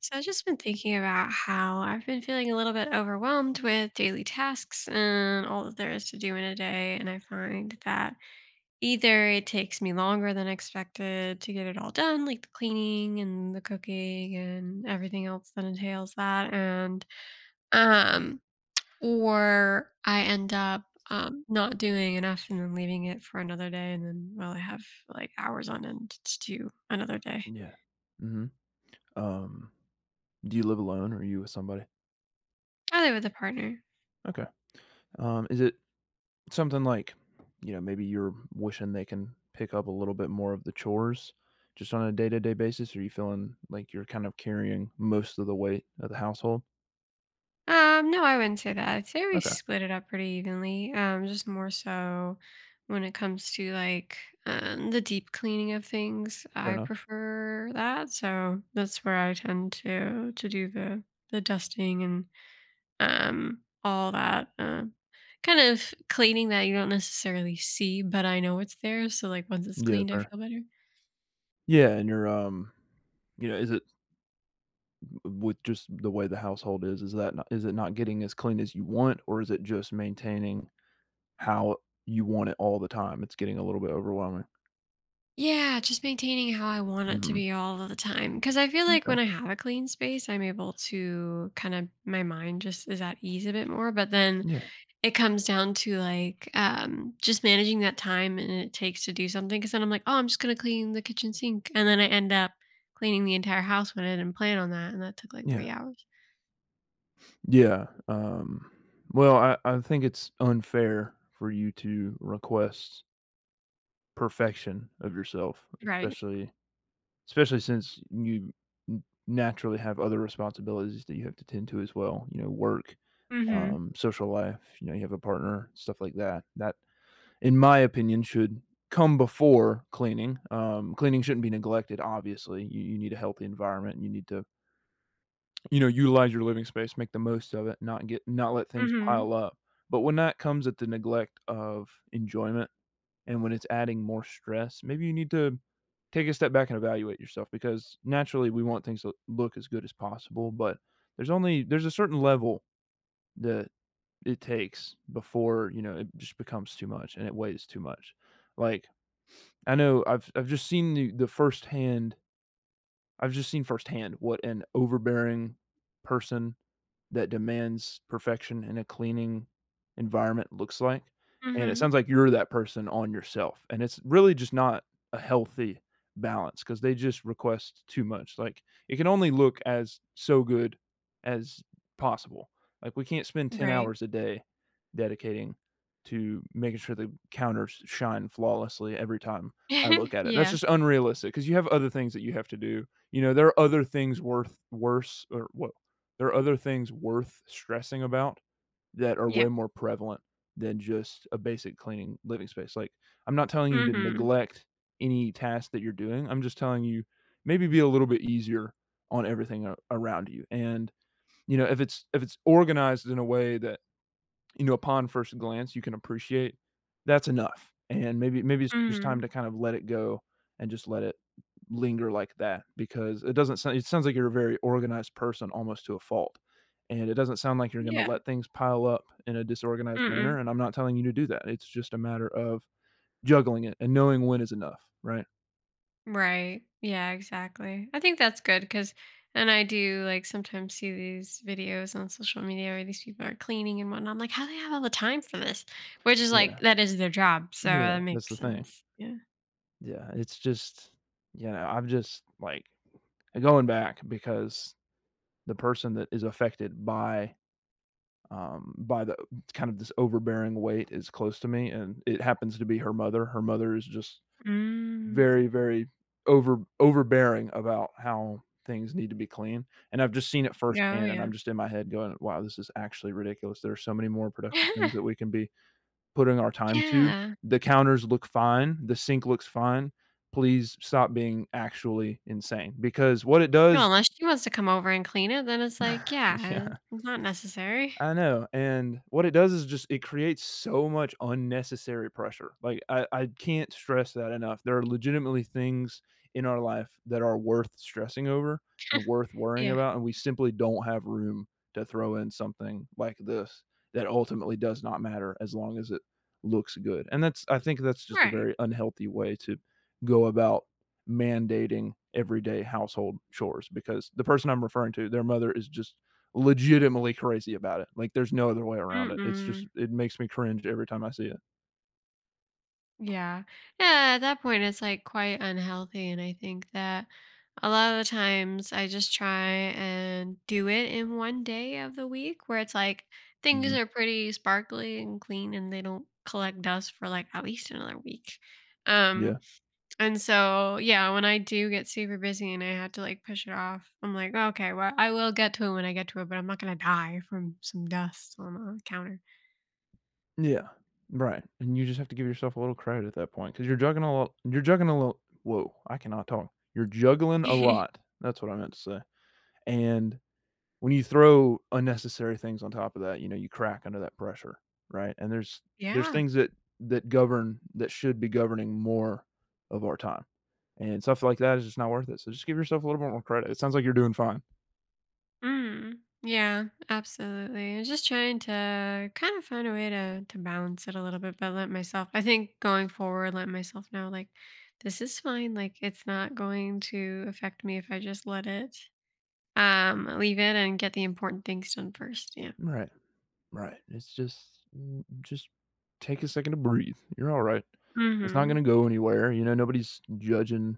So I've just been thinking about how I've been feeling a little bit overwhelmed with daily tasks and all that there is to do in a day. And I find that either it takes me longer than expected to get it all done, like the cleaning and the cooking and everything else that entails that. Um, or I end up not doing enough and then leaving it for another day. And then, well, I have like hours on end to do another day. Yeah. Mhm. Um, do you live alone or are you with somebody? I live with a partner. Okay. Is it something maybe you're wishing they can pick up a little bit more of the chores just on a day-to-day basis? Or are you feeling like you're kind of carrying most of the weight of the household? No, I wouldn't say that. I'd say we Okay. split it up pretty evenly. Just more so when it comes to the deep cleaning of things, Fair I enough. prefer that. So that's where I tend to do the dusting and all that, kind of cleaning that you don't necessarily see, but I know it's there, so, like, once it's Yeah, cleaned, I fair. feel better. Yeah, and you're is it with just the way the household is that not, is it not getting as clean as you want, or is it just maintaining how you want it all the time? It's getting a little bit overwhelming. Yeah, just maintaining how I want it to Hmm. be all of the time. Because I feel like when I have a clean space, I'm able to kinda my mind just is at ease a bit more, but then Yeah, it comes down to, like, just managing that time and it takes to do something. Because then I'm like, "Oh, I'm just gonna clean the kitchen sink," and then I end up cleaning the entire house when I didn't plan on that, and that took, like, yeah, 3 hours. yeah, well, I think it's unfair for you to request perfection of yourself, Right. Especially since you n naturally have other responsibilities that you have to tend to as well, you know, work, Mhm. Social life, you know, you have a partner, stuff like that. That, in my opinion, should come before cleaning. Cleaning shouldn't be neglected, obviously, you need a healthy environment, you need to, you know, utilize your living space, make the most of it, not let things Mhm. pile up. But when that comes at the neglect of enjoyment and when it's adding more stress, maybe you need to take a step back and evaluate yourself because naturally we want things to look as good as possible, but there's a certain level that it takes before, you know, it just becomes too much and it weighs too much. Like, I know I've just seen the firsthand I've just seen firsthand what an overbearing person that demands perfection in a cleaning environment looks like. And it Mhm. sounds like you're that person on yourself. And it's really just not a healthy balance because they just request too much. Like it can only look as so good as possible. Like we can't spend 10 Right. hours a day dedicating to making sure the counters shine flawlessly every time I look at it. That's Yeah. just unrealistic because you have other things that you have to do. You know, there are other things worth stressing about that are Yeah. way more prevalent than just a basic cleaning living space. Like, I'm not telling you to Mhm. neglect any task that you're doing. I'm just telling you maybe be a little bit easier on everything around you. And, you know, if it's organized in a way that, you know, upon first glance, you can appreciate, that's enough. And maybe it's just time Mhm. to kind of let it go and just let it linger like that because it doesn't sound it sounds like you're a very organized person almost to a fault. And it doesn't sound like you're gonna Yeah. let things pile up in a disorganized manner, mm and I'm not telling you to do that. It's just a matter of juggling it and knowing when is enough, right? Right. Yeah, exactly. I think that's good because, and I do like sometimes see these videos on social media where these people are cleaning and whatnot. I'm like, how do they have all the time for this? Which is like, Yeah. that is their job. So Yeah, that that's the makes thing. sense. Yeah. Yeah, it's just, you know, I'm just, like, going back because the person that is affected by the kind of this overbearing weight is close to me, and it happens to be her mother. Her mother is just Mm. very, very overbearing about how things need to be clean, and I've just seen it Oh, firsthand. And yeah. I'm just in my head going, "Wow, this is actually ridiculous." There are so many more productive things that we can be putting our time to. Yeah. The counters look fine. The sink looks fine. Please stop being actually insane because what it Well, does, unless she wants to come over and clean it, then it's like, yeah, yeah. it's not necessary. I know, and what it does is just it creates so much unnecessary pressure. Like, I can't stress that enough. There are legitimately things in our life that are worth stressing over and worth worrying Yeah. about, and we simply don't have room to throw in something like this that ultimately does not matter as long as it looks good, and that's I think that's just a Right. very unhealthy way to go about mandating everyday household chores because the person I'm referring to, their mother is just legitimately crazy about it. Like, there's no other way around it. It's just Mm-mm. it makes me cringe every time I see it. Yeah. Yeah, at that point it's like quite unhealthy and I think that a lot of the times I just try and do it in one day of the week where it's like things Mhm. are pretty sparkly and clean and they don't collect dust for like at least another week. Um Yeah. and so yeah, when I do get super busy and I have to like push it off, I'm like, okay, well I will get to it when I get to it, but I'm not gonna die from some dust on a counter. Yeah. Right. And you just have to give yourself a little credit at that point because 'cause you're juggling a lot you're juggling a lot. Whoa, I cannot talk. You're juggling a lot. That's what I meant to say. And when you throw unnecessary things on top of that, you know, you crack under that pressure, right? And there's Yeah. things that that govern that should be governing more of our time. And stuff like that is just not worth it. So just give yourself a little bit more credit. It sounds like you're doing fine. Mm. Yeah, absolutely. I was just trying to kind of find a way to balance it a little bit, but let myself. I think going forward, let myself know like this is fine. Like it's not going to affect me if I just let it. Leave it and get the important things done first. Yeah. Right, right. It's just take a second to breathe. You're all right. It's not Hmm. gonna go anywhere, you know, nobody's judging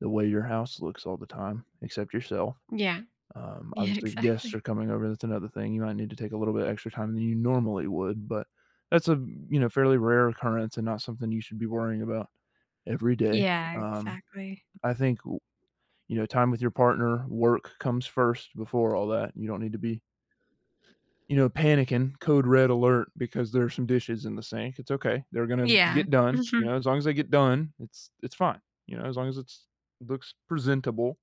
the way your house looks all the time except yourself. Yeah. Yeah. Obviously, if guests are Exactly. coming over, that's another thing. You might need to take a little bit extra time than you normally would, but that's a, you know, fairly rare occurrence and not something you should be worrying about every day. Yeah. Um, Exactly. I think, w you know, time with your partner, work comes first before all that. You don't need to be, you know, panicking, code red alert because there are some dishes in the sink. It's okay. They're gonna Yeah. get done. Hmm. You know, as long as they get done, it's fine. You know, as long as it's looks presentable,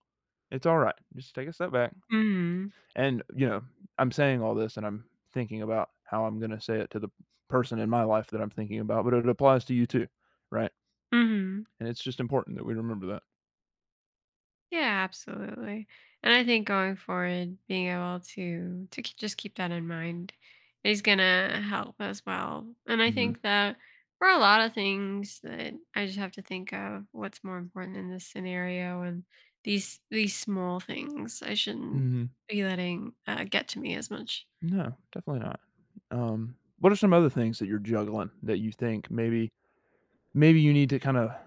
it's all right. Just take a step back. Hmm. And you know, I'm saying all this, and I'm thinking about how I'm gonna say it to the person in my life that I'm thinking about, but it applies to you too, right? Hmm. And it's just important that we remember that. Yeah, absolutely. And I think going forward, being able to just keep that in mind is gonna help as well. And I Mhm. think that for a lot of things that I just have to think of what's more important in this scenario and these small things I shouldn't Mhm. be letting get to me as much. No, definitely not. What are some other things that you're juggling that you think maybe you need to kinda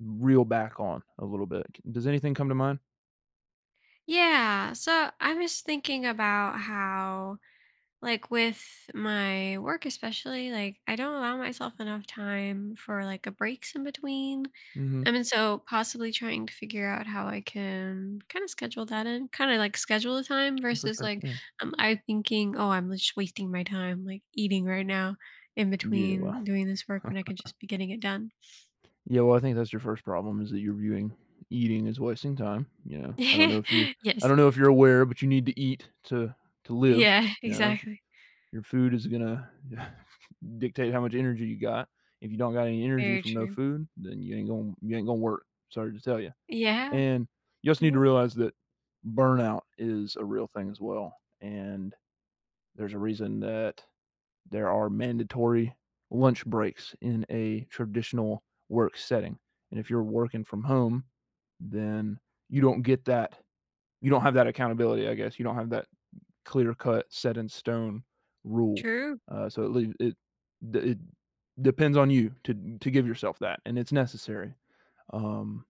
reel back on a little bit. Does anything come to mind? Yeah. So I was thinking about how like with my work especially, like I don't allow myself enough time for like a breaks in between. Mhm. I mean, so possibly trying to figure out how I can kind of schedule that in, kind of like schedule the time For versus sure, like yeah. I'm thinking, oh, I'm just wasting my time like eating right now in Yeah, between well doing this work when I could just be getting it done. yeah, well, I think that's your first problem is that you're viewing eating as wasting time, you know? I Yes. don't know if you're aware, but you need to eat to live, Yeah, you know? exactly. Your food is gonna dictate how much energy you got. If you don't got any energy Very from no true. food, then you ain't gonna work. Sorry to tell you. Yeah. And you also need to Yeah. realize that burnout is a real thing as well, and there's a reason that there are mandatory lunch breaks in a traditional work setting. And if you're working from home, then you don't get that. You don't have that accountability, I guess. You don't have that clear cut, set in stone rule. True. Uh, so it, it it depends on you to give yourself that, and it's necessary. Um,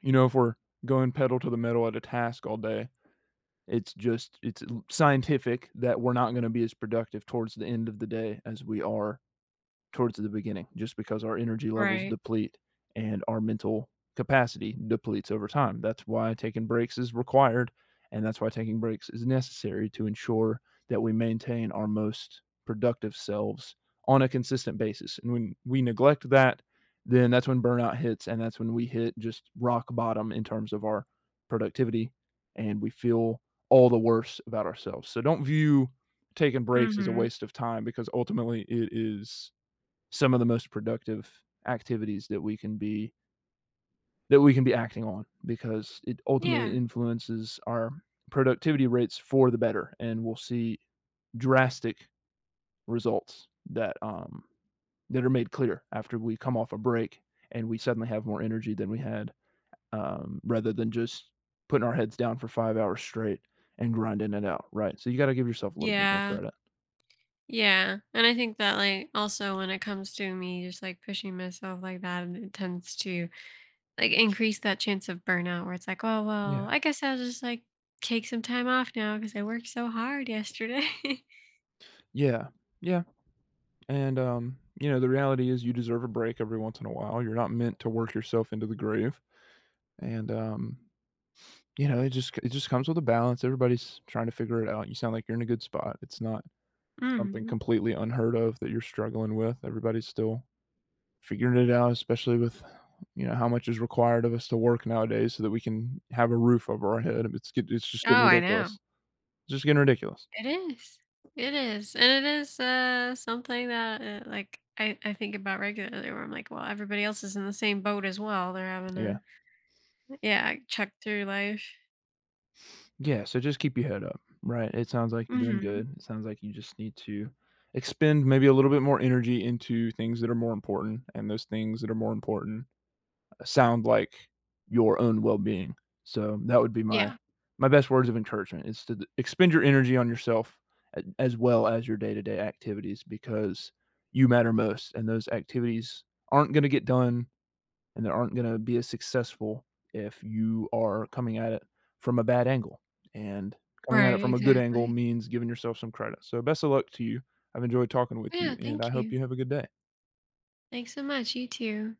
you know, if we're going pedal to the metal at a task all day, it's scientific that we're not gonna be as productive towards the end of the day as we are towards the beginning just because our energy levels Right. deplete and our mental capacity depletes over time. That's why taking breaks is required. And that's why taking breaks is necessary to ensure that we maintain our most productive selves on a consistent basis. And when we neglect that, then that's when burnout hits. And that's when we hit just rock bottom in terms of our productivity and we feel all the worse about ourselves. So don't view taking breaks as a Mm-hmm. waste of time because ultimately it is some of the most productive activities that we can be that we can be acting on because it ultimately Yeah. influences our productivity rates for the better and we'll see drastic results that are made clear after we come off a break and we suddenly have more energy than we had, rather than just putting our heads down for 5 hours straight and grinding it out, right? So you gotta give yourself a little bit more Yeah. credit. Yeah, and I think that like also when it comes to me just like pushing myself like that, and it tends to like increase that chance of burnout where it's like, oh well, Yeah. I guess I'll just like take some time off now because I worked so hard yesterday. Yeah. Yeah, and, you know, the reality is you deserve a break every once in a while, you're not meant to work yourself into the grave, and, you know, it just comes with a balance, everybody's trying to figure it out, you sound like you're in a good spot, it's not something Hmm. completely unheard of that you're struggling with, everybody's still figuring it out, especially with, you know, how much is required of us to work nowadays, so that we can have a roof over our head. It's just Oh, getting I ridiculous. know. It's just getting ridiculous. It is. It is, and it is something that like I think about regularly where I'm like, well, everybody else is in the same boat as well. They're having Yeah, to yeah check through life. yeah. So just keep your head up, right? It sounds like you're doing Hmm. good. It sounds like you just need to expend maybe a little bit more energy into things that are more important, and those things that are more important sound like your own well-being. So that would be Yeah. my best words of encouragement is to expend your energy on yourself as well as your day-to-day activities because you matter most and those activities aren't going to get done and they aren't going to be as successful if you are coming at it from a bad angle. And coming at it Right. from a good angle Exactly. means giving yourself some credit. So best of luck to you. I've enjoyed talking with you Yeah, and I thank hope you. you have a good day. Thanks so much. You too.